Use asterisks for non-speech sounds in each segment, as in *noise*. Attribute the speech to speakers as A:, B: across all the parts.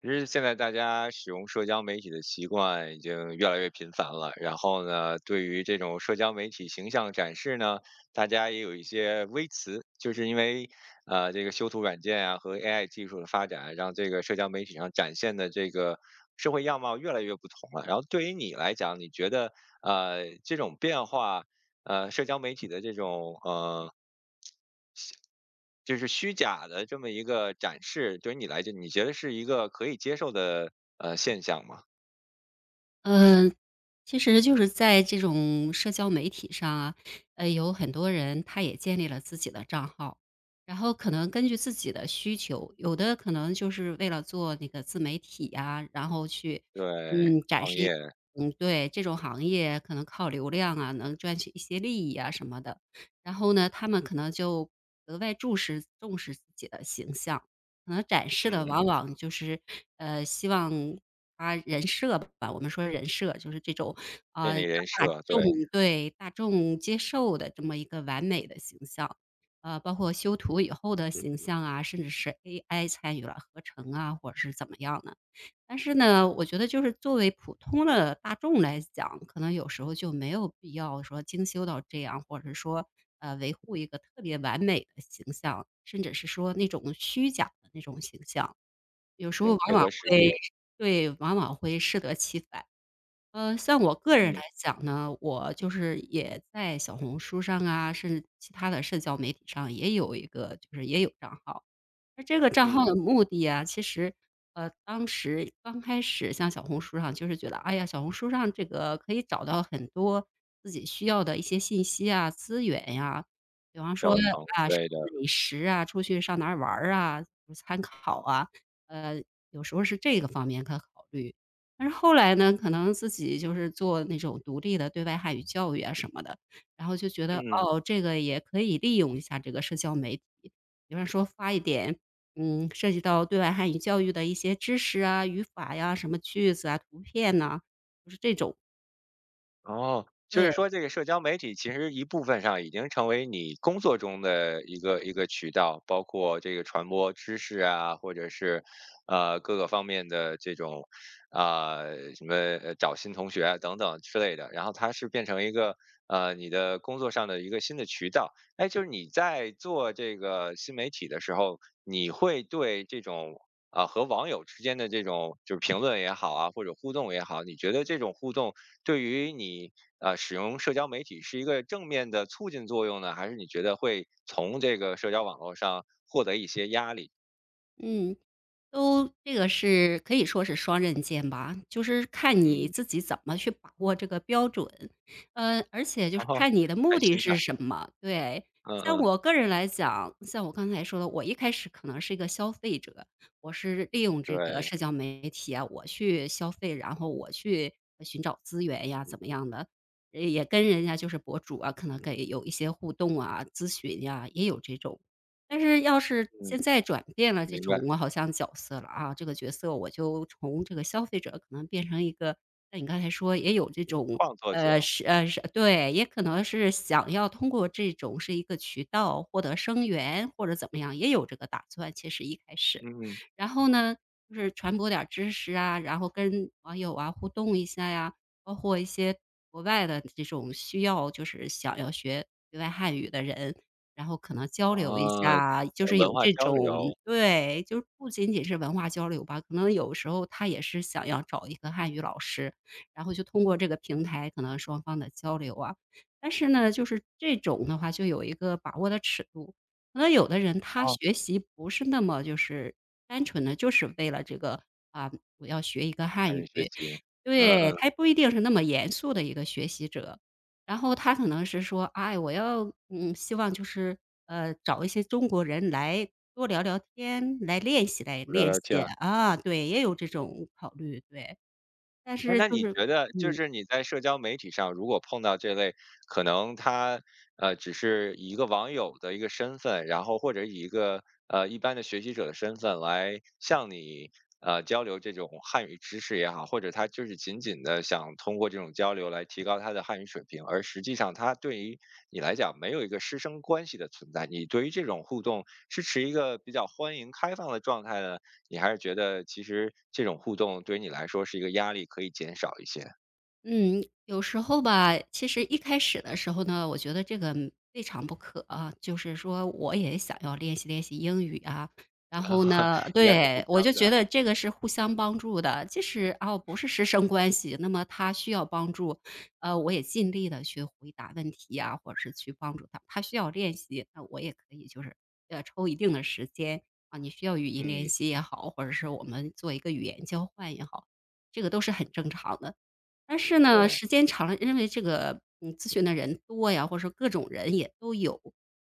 A: 其实现在大家使用社交媒体的习惯已经越来越频繁了，然后呢，对于这种社交媒体形象展示呢，大家也有一些微词，就是因为这个修图软件啊和 AI 技术的发展，让这个社交媒体上展现的这个社会样貌越来越不同了。然后对于你来讲，你觉得这种变化，社交媒体的这种就是虚假的这么一个展示，对于你来讲，你觉得是一个可以接受的现象吗？
B: 嗯，其实就是在这种社交媒体上啊，有很多人他也建立了自己的账号，然后可能根据自己的需求，有的可能就是为了做那个自媒体呀、然后去
A: 对，
B: 嗯展
A: 创
B: 示一
A: 业，
B: 嗯，对，这种行业可能靠流量啊能赚取一些利益啊什么的，然后呢，他们可能就格外重视自己的形象，可能展示的
A: 嗯，
B: 往往就是希望他人设吧，我们说人设，就是这种，
A: 建立
B: 让
A: 人
B: 大
A: 设，
B: 众，
A: 对，
B: 对，大众接受的这么一个完美的形象。包括修图以后的形象啊，甚至是 AI 参与了合成啊，或者是怎么样的。但是呢，我觉得就是作为普通的大众来讲，可能有时候就没有必要说精修到这样，或者是说，维护一个特别完美的形象，甚至是说那种虚假的那种形象。有时候
A: 嗯，
B: 往
A: 配
B: 往
A: 合实
B: 会，
A: 际，
B: 对，往往会适得其反。像我个人来
A: 嗯
B: 讲呢，我就是也在小红书上啊，甚至其他的社交媒体上也有一个就是也有账号。那这个账
A: 嗯，
B: 号的目的啊，其实，当时刚开始像小红书上，就是觉得，哎呀，小红书上这个可以找到很多自己需要的一些信息啊、资源呀，比方说，
A: 教程
B: 啊，
A: 之
B: 什
A: 类的，
B: 么美食啊，出去上哪儿玩儿啊，参考啊，呃，有时候是这个方面可考虑。但是后来呢，可能自己就是做那种独立的对外汉语教育啊什么的，然后就觉得，
A: 嗯。
B: 哦，这个也可以利用一下这个社交媒体，比方说发一点涉及到对外汉语教育的一些知识啊、语法呀、什么句子啊、图片呐，就是这种，
A: 哦，就是
B: 对，
A: 说这个社交媒体其实一部分上已经成为你工作中的一个渠道，包括这个传播知识啊，或者是各个方面的这种啊、什么找新同学啊等等之类的，然后它是变成一个你的工作上的一个新的渠道。哎，就是你在做这个新媒体的时候，你会对这种啊、和网友之间的这种就是评论也好啊，或者互动也好，你觉得这种互动？对于你使用社交媒体是一个正面的促进作用呢，还是你觉得会从这个社交网络上获得一些压力？
B: 嗯。都这个是可以说是双刃剑吧，就是看你
A: 嗯，
B: 自己怎么去把握这个标准，而且就是
A: 哦，
B: 看你的
A: 看
B: 目的
A: 心态，
B: 是什么。对，
A: 嗯
B: 像
A: 嗯，
B: 我个人来讲，像我刚才说的，我一开始可能是一个消费者，我是利用这个
A: 对，
B: 社交媒体啊，我去消费，然后我去寻找资源呀，怎么样的，也跟人家就是博主啊，可能给有一些互动啊、咨询呀，也有这种。但是要是
A: 嗯，
B: 现在转变了这
A: 明
B: 种
A: 白。
B: 我好像角色了啊，这个角色我就从这个消费者可能变成一个那你刚才说也有这种，
A: 创作者，
B: 是是，对，也可能是想要通过这种是一个渠道获得生源或者怎么样，也有这个打算，其实一开始。
A: 嗯嗯，
B: 然后呢，就是传播点儿知识啊，然后跟网友啊互动一下呀，包括一些国外的这种需要就是想要学对外汉语的人，然后可能
A: 啊，
B: 交流一
A: 呃
B: 下，就是
A: 文
B: 有
A: 化
B: 这
A: 交
B: 种，
A: 流，
B: 对，就是不仅仅是文化交流吧，可能有时候他也是想要找一个汉语老师，然后就通过这个平台可能双方的交流啊。但是呢，就是这种的话就有一个把握的尺度，可能有的人他
A: 啊，
B: 学习不是那么就是单纯的就是为了这个啊，我要学一个
A: 参
B: 汉
A: 与
B: 语，
A: 学习，嗯
B: 对，
A: 嗯，
B: 他不一定是那么严肃的一个学习者，然后他可能是说，哎，我要希望就是，找一些中国人来多聊聊天，来练习来
A: 聊
B: 练
A: 聊
B: 习，
A: 天。
B: 啊，对，也有这种考虑，对。但
A: 哎，
B: 是
A: 那
B: 就
A: 你
B: 是
A: 觉得就
B: 嗯。
A: 是你在社交媒体上，如果碰到这类可能他只是以一个网友的一个身份，然后或者以一个一般的学习者的身份来向你交流这种汉语知识也好，或者他就是仅仅的想通过这种交流来提高他的汉语水平，而实际上他对于你来讲没有一个师生关系的存在，你对于这种互动是持一个比较欢迎开放的状态呢，你还是觉得其实这种互动对于你来说是一个压力，可以减少一些，
B: 嗯，有时候吧，其实一开始的时候呢，我觉得这个未尝不可啊，就是说我也想要练习练习英语啊。然
A: *laughs*
B: 后
A: 啊
B: 呢，
A: 应该是互
B: 对，我
A: 相
B: 就
A: 的，
B: 觉得这个是互相帮助的，即使啊不是师生关系，那么他需要帮助，我也尽力的去回答问题呀、或者是去帮助他。他需要练习，那我也可以就是抽一定的时间啊，你需要语音练
A: 嗯，
B: 习也好，或者是我们做一个语言交换也好，这个都是很正常的。但是呢，
A: 对，
B: 时间长了，因为这个，嗯，咨询的人多呀，或者说各种人也都有，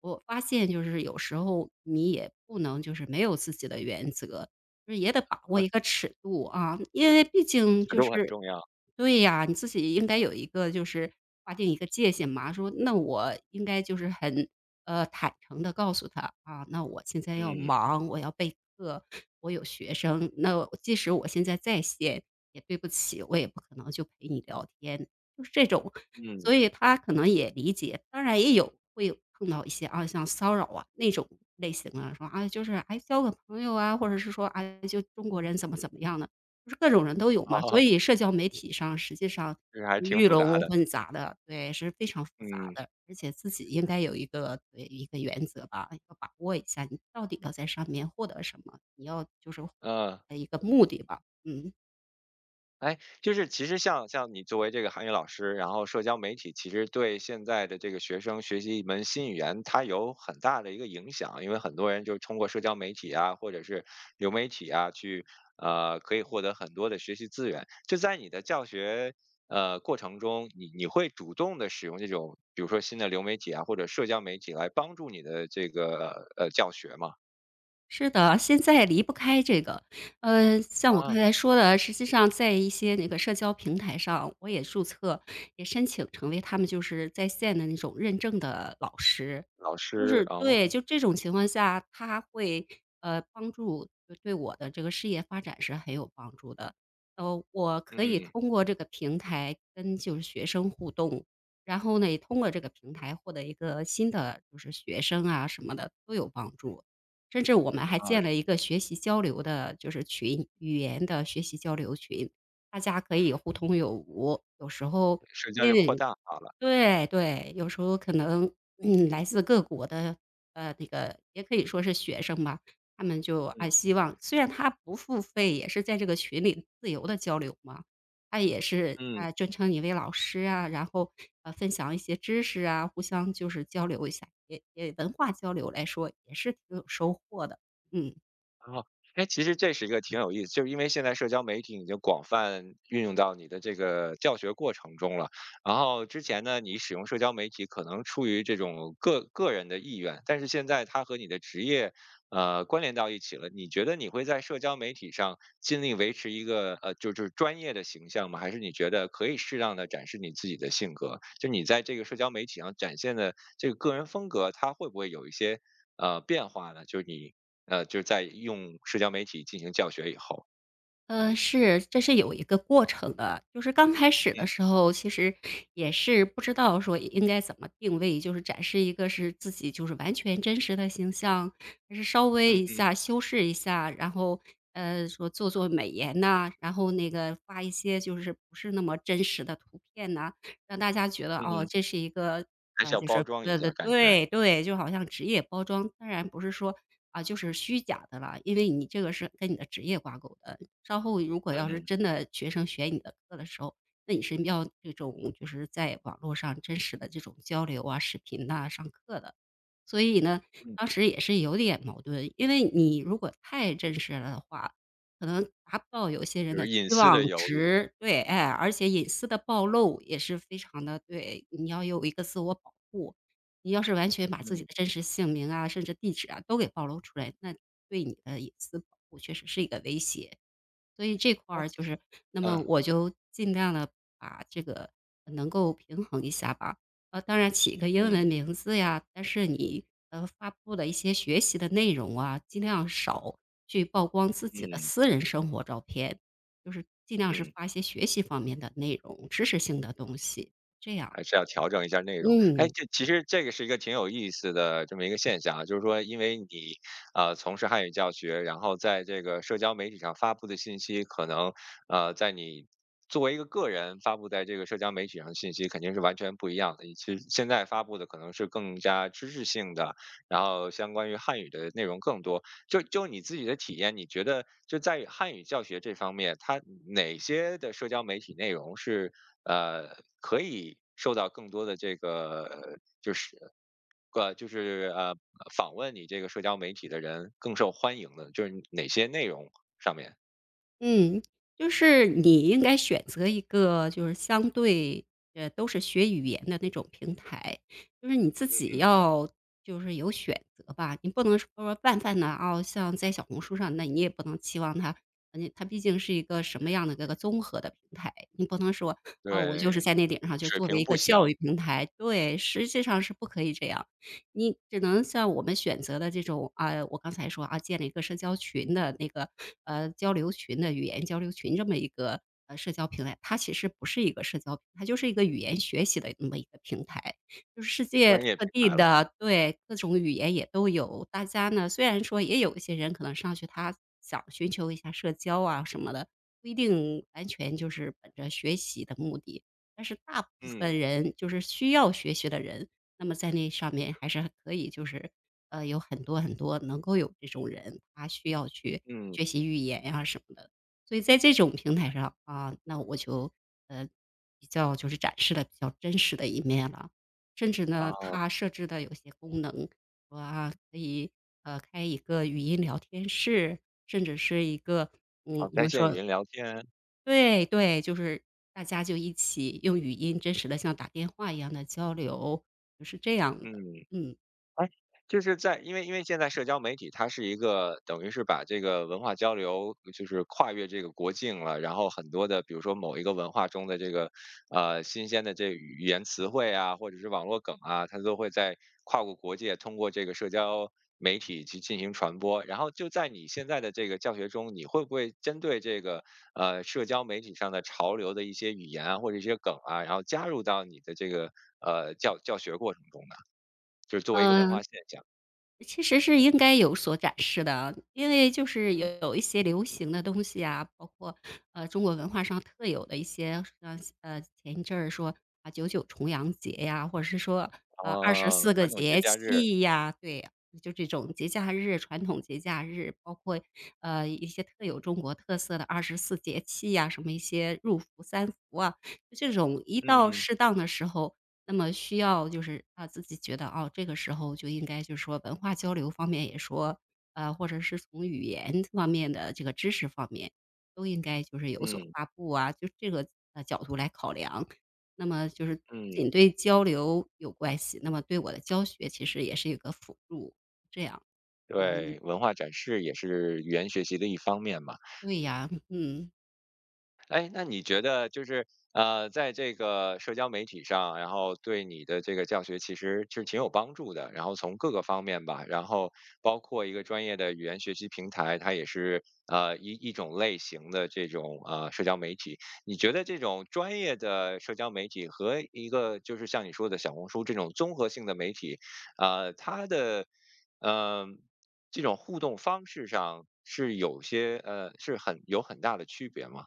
B: 我发现就是有时候你也不能就是没有自己的原则，就是也得把握
A: 啊，
B: 一个尺度啊，因为毕竟
A: 尺
B: 就
A: 度很
B: 是
A: 重要，
B: 对呀，你自己应该有一个就是划定一个界限嘛，说那我应该就是很，坦诚的告诉他，啊，那我现在要
A: 嗯
B: 忙，我要备课，我有学生，那我即使我现在在线，也对不起，我也不可能就陪你聊天。就是这种，所
A: 嗯，
B: 以他可能也理解。当然也有会有碰到一些啊，像骚扰啊那种类型啊，说啊就是哎交个朋友啊，或者是说哎就中国人怎么怎么样的，就是各种人都有
A: *laughs*
B: 嘛。
A: 哦，
B: 所以社交媒体上实际上
A: 这个还挺
B: 鱼
A: 复杂
B: 龙
A: 的，
B: 混杂的，对，是非常复杂
A: 嗯，
B: 的，而且自己应该有一个对一个原则吧，要把握一下你到底要在上面获得什么，你要就是
A: 嗯。
B: 一个目的吧，嗯。
A: 哎，就是其实像你作为这个韩语老师，然后社交媒体其实对现在的这个学生学习一门新语言，它有很大的一个影响，因为很多人就是通过社交媒体啊，或者是流媒体啊，去可以获得很多的学习资源。就在你的教学过程中，你会主动的使用这种，比如说新的流媒体啊，或者社交媒体来帮助你的这个教学吗？
B: 是的，现在离不开这个。像我刚
A: 啊，
B: 才说的，实际上在一些那个社交平台上，我也注册，也申请成为他们就是在线的那种认证的老师。
A: 老
B: 就
A: 师
B: 是
A: 啊，
B: 对，就这种情况下，他会，帮助就对我的这个事业发展是很有帮助的。我可以
A: 嗯
B: 通过这个平台跟就是学生互动，然后呢，也通过这个平台获得一个新的就是学生啊什么的都有帮助。甚至我们还
A: 啊，
B: 建了一个学习交流的，就是群，语言的学习交流群，大家可以互通有无。有时候
A: 社交
B: 因
A: 就扩
B: 为
A: 大化了，
B: 对对，有时候可能，嗯，来自各国的，那个也可以说是学生吧，他们就啊
A: 嗯
B: 希望虽然他不付费，也是在这个群里自由的交流嘛，他也是
A: 嗯。
B: 啊尊称你为老师啊，然后分享一些知识啊，互相就是交流一下，也文化交流来说也是挺有收获的，嗯。
A: 哦，哎，其实这是一个挺有意思，就是因为现在社交媒体已经广泛运用到你的这个教学过程中了。然后之前呢，你使用社交媒体可能出于这种个人的意愿，但是现在它和你的职业关联到一起了。你觉得你会在社交媒体上尽力维持一个就是专业的形象吗？还是你觉得可以适当的展示你自己的性格？就你在这个社交媒体上展现的这个个人风格，它会不会有一些变化呢？就是你就是在用社交媒体进行教学以后，
B: 是，这是有一个过程的。就是刚开始的
A: 嗯
B: 时候，其实也是不知道说应该怎么定位，就是展示一个是自己就是完全真实的形象，还是稍
A: 嗯
B: 微一
A: 嗯
B: 下修饰一下，然后说做做美颜呐、然后那个发一些就是不是那么真实的图片呐、让大家觉得
A: 嗯
B: 哦
A: 嗯，
B: 这是一个
A: 还是要
B: 就
A: 包
B: 是
A: 装一
B: 对对
A: 下感觉，
B: 对对，就好像职业包装，当然不是说。啊，就是虚假的了，因为你这个是跟你的职业挂钩的。稍后如果
A: 嗯
B: 要是
A: 嗯
B: 真的学生选你的课的时候，那你是要这种就是在网络上真实的这种交流啊、视频呐、上课的。所以呢，
A: 嗯，
B: 当时也是有点矛盾，因为你如果太真实了的话，可能达不到有些
A: 就
B: 人的
A: 是隐
B: 期
A: 私的
B: 望
A: 忧虑，
B: 值，对，哎，而且隐私的暴露也是非常的对，你要有一个自我保护。你要是完全把自己
A: 嗯，
B: 的真实姓名啊，甚至地址啊都给暴露出来，那对你的隐私保护确实是一个威胁。所以这块
A: 哎，
B: 儿就是，那么
A: 嗯
B: 我就尽量的把这个能够平衡一下吧。当然起一个英文
A: 嗯
B: 名字呀，但是你，发布的一些学习的内容啊，尽量少去曝光自己的
A: 嗯
B: 私人生活照片，就是尽量是
A: 嗯。
B: 发一些学习方面的内容、知识性的东西，这样。
A: 还是要调整一下内容。哎，
B: 嗯。
A: 这其实这个是一个挺有意思的这么一个现象啊，就是说，因为你从事汉语教学，然后在这个社交媒体上发布的信息，可能在你作为一个个人发布在这个社交媒体上的信息，肯定是完全不一样的。其实现在发布的可能是更加知识性的，然后相关于汉语的内容更多。就你自己的体验，你觉得就在汉语教学这方面，它哪些的社交媒体内容是呃可以受到更多的这个就是访问你这个社交媒体的人更受欢迎的，就是哪些内容上面？
B: 嗯，就是你应该选择一个就是相对，都是学语言的那种平台，就是你自己
A: 嗯，
B: 要就是有选择吧，你不能说泛泛的哦，像在小红书上，那你也不能期望它你它毕竟是一个什么样的一个综合的平台，你不能说，啊，我就是
A: 对，
B: 在那顶上就
A: 水
B: 作为
A: 平
B: 一
A: 不
B: 个教
A: 详，
B: 育平台，对，实际上是不可以这样。你只能像我们选择的这种啊，我刚才说啊，建了一个社交群的那个交流群的语言交流群这么一个社交平台，它其实不是一个社交平台它就是一个语言学习的那么一个平台，就是世界
A: 专业
B: 各
A: 品
B: 地
A: 牌了，
B: 的对各种语言也都有。大家呢，虽然说也有一些人可能上去他想寻求一下社交啊什么的，不一定完全就是本着学习的目的。但是大部
A: 嗯
B: 分人就是需要学习的人，那么在那上面还是可以，就是有很多很多能够有这种人，他需要去
A: 嗯，
B: 学习语言呀、什么的。所以在这种平台上啊，那我就呃比较就是展示了比较真实的一面了。甚至呢，
A: 哦，
B: 它设置的有些功能，说啊可以开一个语音聊天室，甚至是一个
A: 好
B: 嗯，我
A: 在
B: 们
A: 线语
B: 说
A: 音聊天，
B: 对对，就是大家就一起用语音真实的像打电话一样的交流，就是这样
A: 嗯。
B: 的，嗯。
A: 哎，就是在因为因为现在社交媒体它是一个等于是把这个文化交流就是跨越这个国境了，然后很多的比如说某一个文化中的这个新鲜的这语言词汇啊，或者是网络梗啊，它都会在跨过国界，通过这个社交媒体去进行传播。然后就在你现在的这个教学中，你会不会针对这个社交媒体上的潮流的一些语言啊，或者一些梗啊，然后加入到你的这个教学过程中呢？就是作为一个文化
B: 嗯。
A: 现象。
B: 其实是应该有所展示的啊因为就是
A: 嗯，
B: 有一些流行的东西啊，包括中国文化上特有的一些，像前一阵儿说啊九九重阳节呀，或者是说啊二十
A: 哦，
B: 四个
A: 传统节
B: 节
A: 假日，
B: 气呀，对，就这种节假日、传统节假日，包括一些特有中国特色的二十四节气呀，什么一些入伏、三伏啊，就这种一
A: 嗯
B: 到
A: 嗯
B: 适当的时候，那么需要就是啊，自己觉得，哦，这个时候就应该就是说文化交流方面也说，或者是从语言方面的这个知识方面，都应该就是有所
A: 嗯
B: 发布啊，就这个角度来考量。那么就是不仅
A: 嗯，
B: 对交流有关系，那么对我的教学其实也是一个辅助，这样。嗯，
A: 对，文化展示也是语言学习的一方面嘛。
B: 对呀，嗯。
A: 哎，那你觉得就是在这个社交媒体上，然后对你的这个教学其实是挺有帮助的。然后从各个方面吧，然后包括一个专业的语言学习平台，它也是一种类型的这种社交媒体。你觉得这种专业的社交媒体和一个就是像你说的小红书这种综合性的媒体，它的嗯、呃这种互动方式上是有些是很大的区别吗？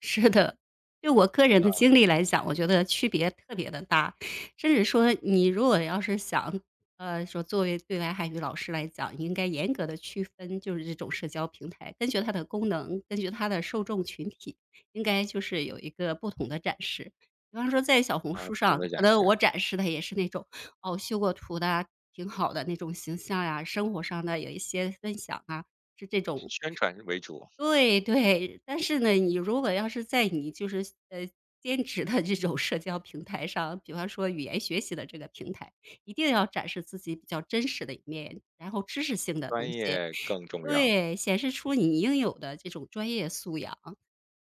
B: 是的，就我个人的经历来讲，我觉得区别特别的大。甚至说你如果要是想，说作为对外汉语老师来讲，应该严格的区分就是这种社交平台，根据它的功能，根据它的受众群体，应该就是有一个不同的展示。比方说在小红
A: 啊，
B: 书
A: 不同
B: 上，
A: 的
B: 可
A: 展
B: 能
A: 示，
B: 我展示的也是那种，哦，修过图的啊挺好的那种形象呀，生活上的有一些分享啊，是这种
A: 宣传为主，
B: 对对，但是呢，你如果要是在你就是兼职的这种社交平台上，比方说语言学习的这个平台，一定要展示自己比较真实的一面，然后知识性的东
A: 专
B: 西，
A: 业更重要。
B: 对，显示出你应有的这种专业素养。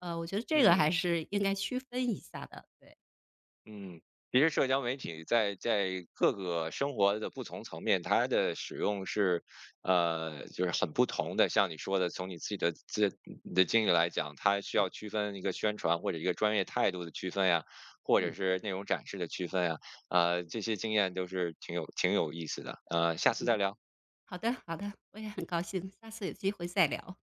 B: 我觉得这个
A: 嗯
B: 还是应该区分一下的，对，
A: 嗯，其实社交媒体在各个生活的不同层面，它的使用是，就是很不同的。像你说的，从你自己的你的经历来讲，它需要
B: 是，
A: 区分一个宣传或者一个专业态度的区分呀，或者
B: 嗯
A: 是内容展示的区分呀，这些经验都是挺有意思的。下次再
B: 嗯，
A: 聊。
B: 好的好的，我也很高兴，下次有机会再聊。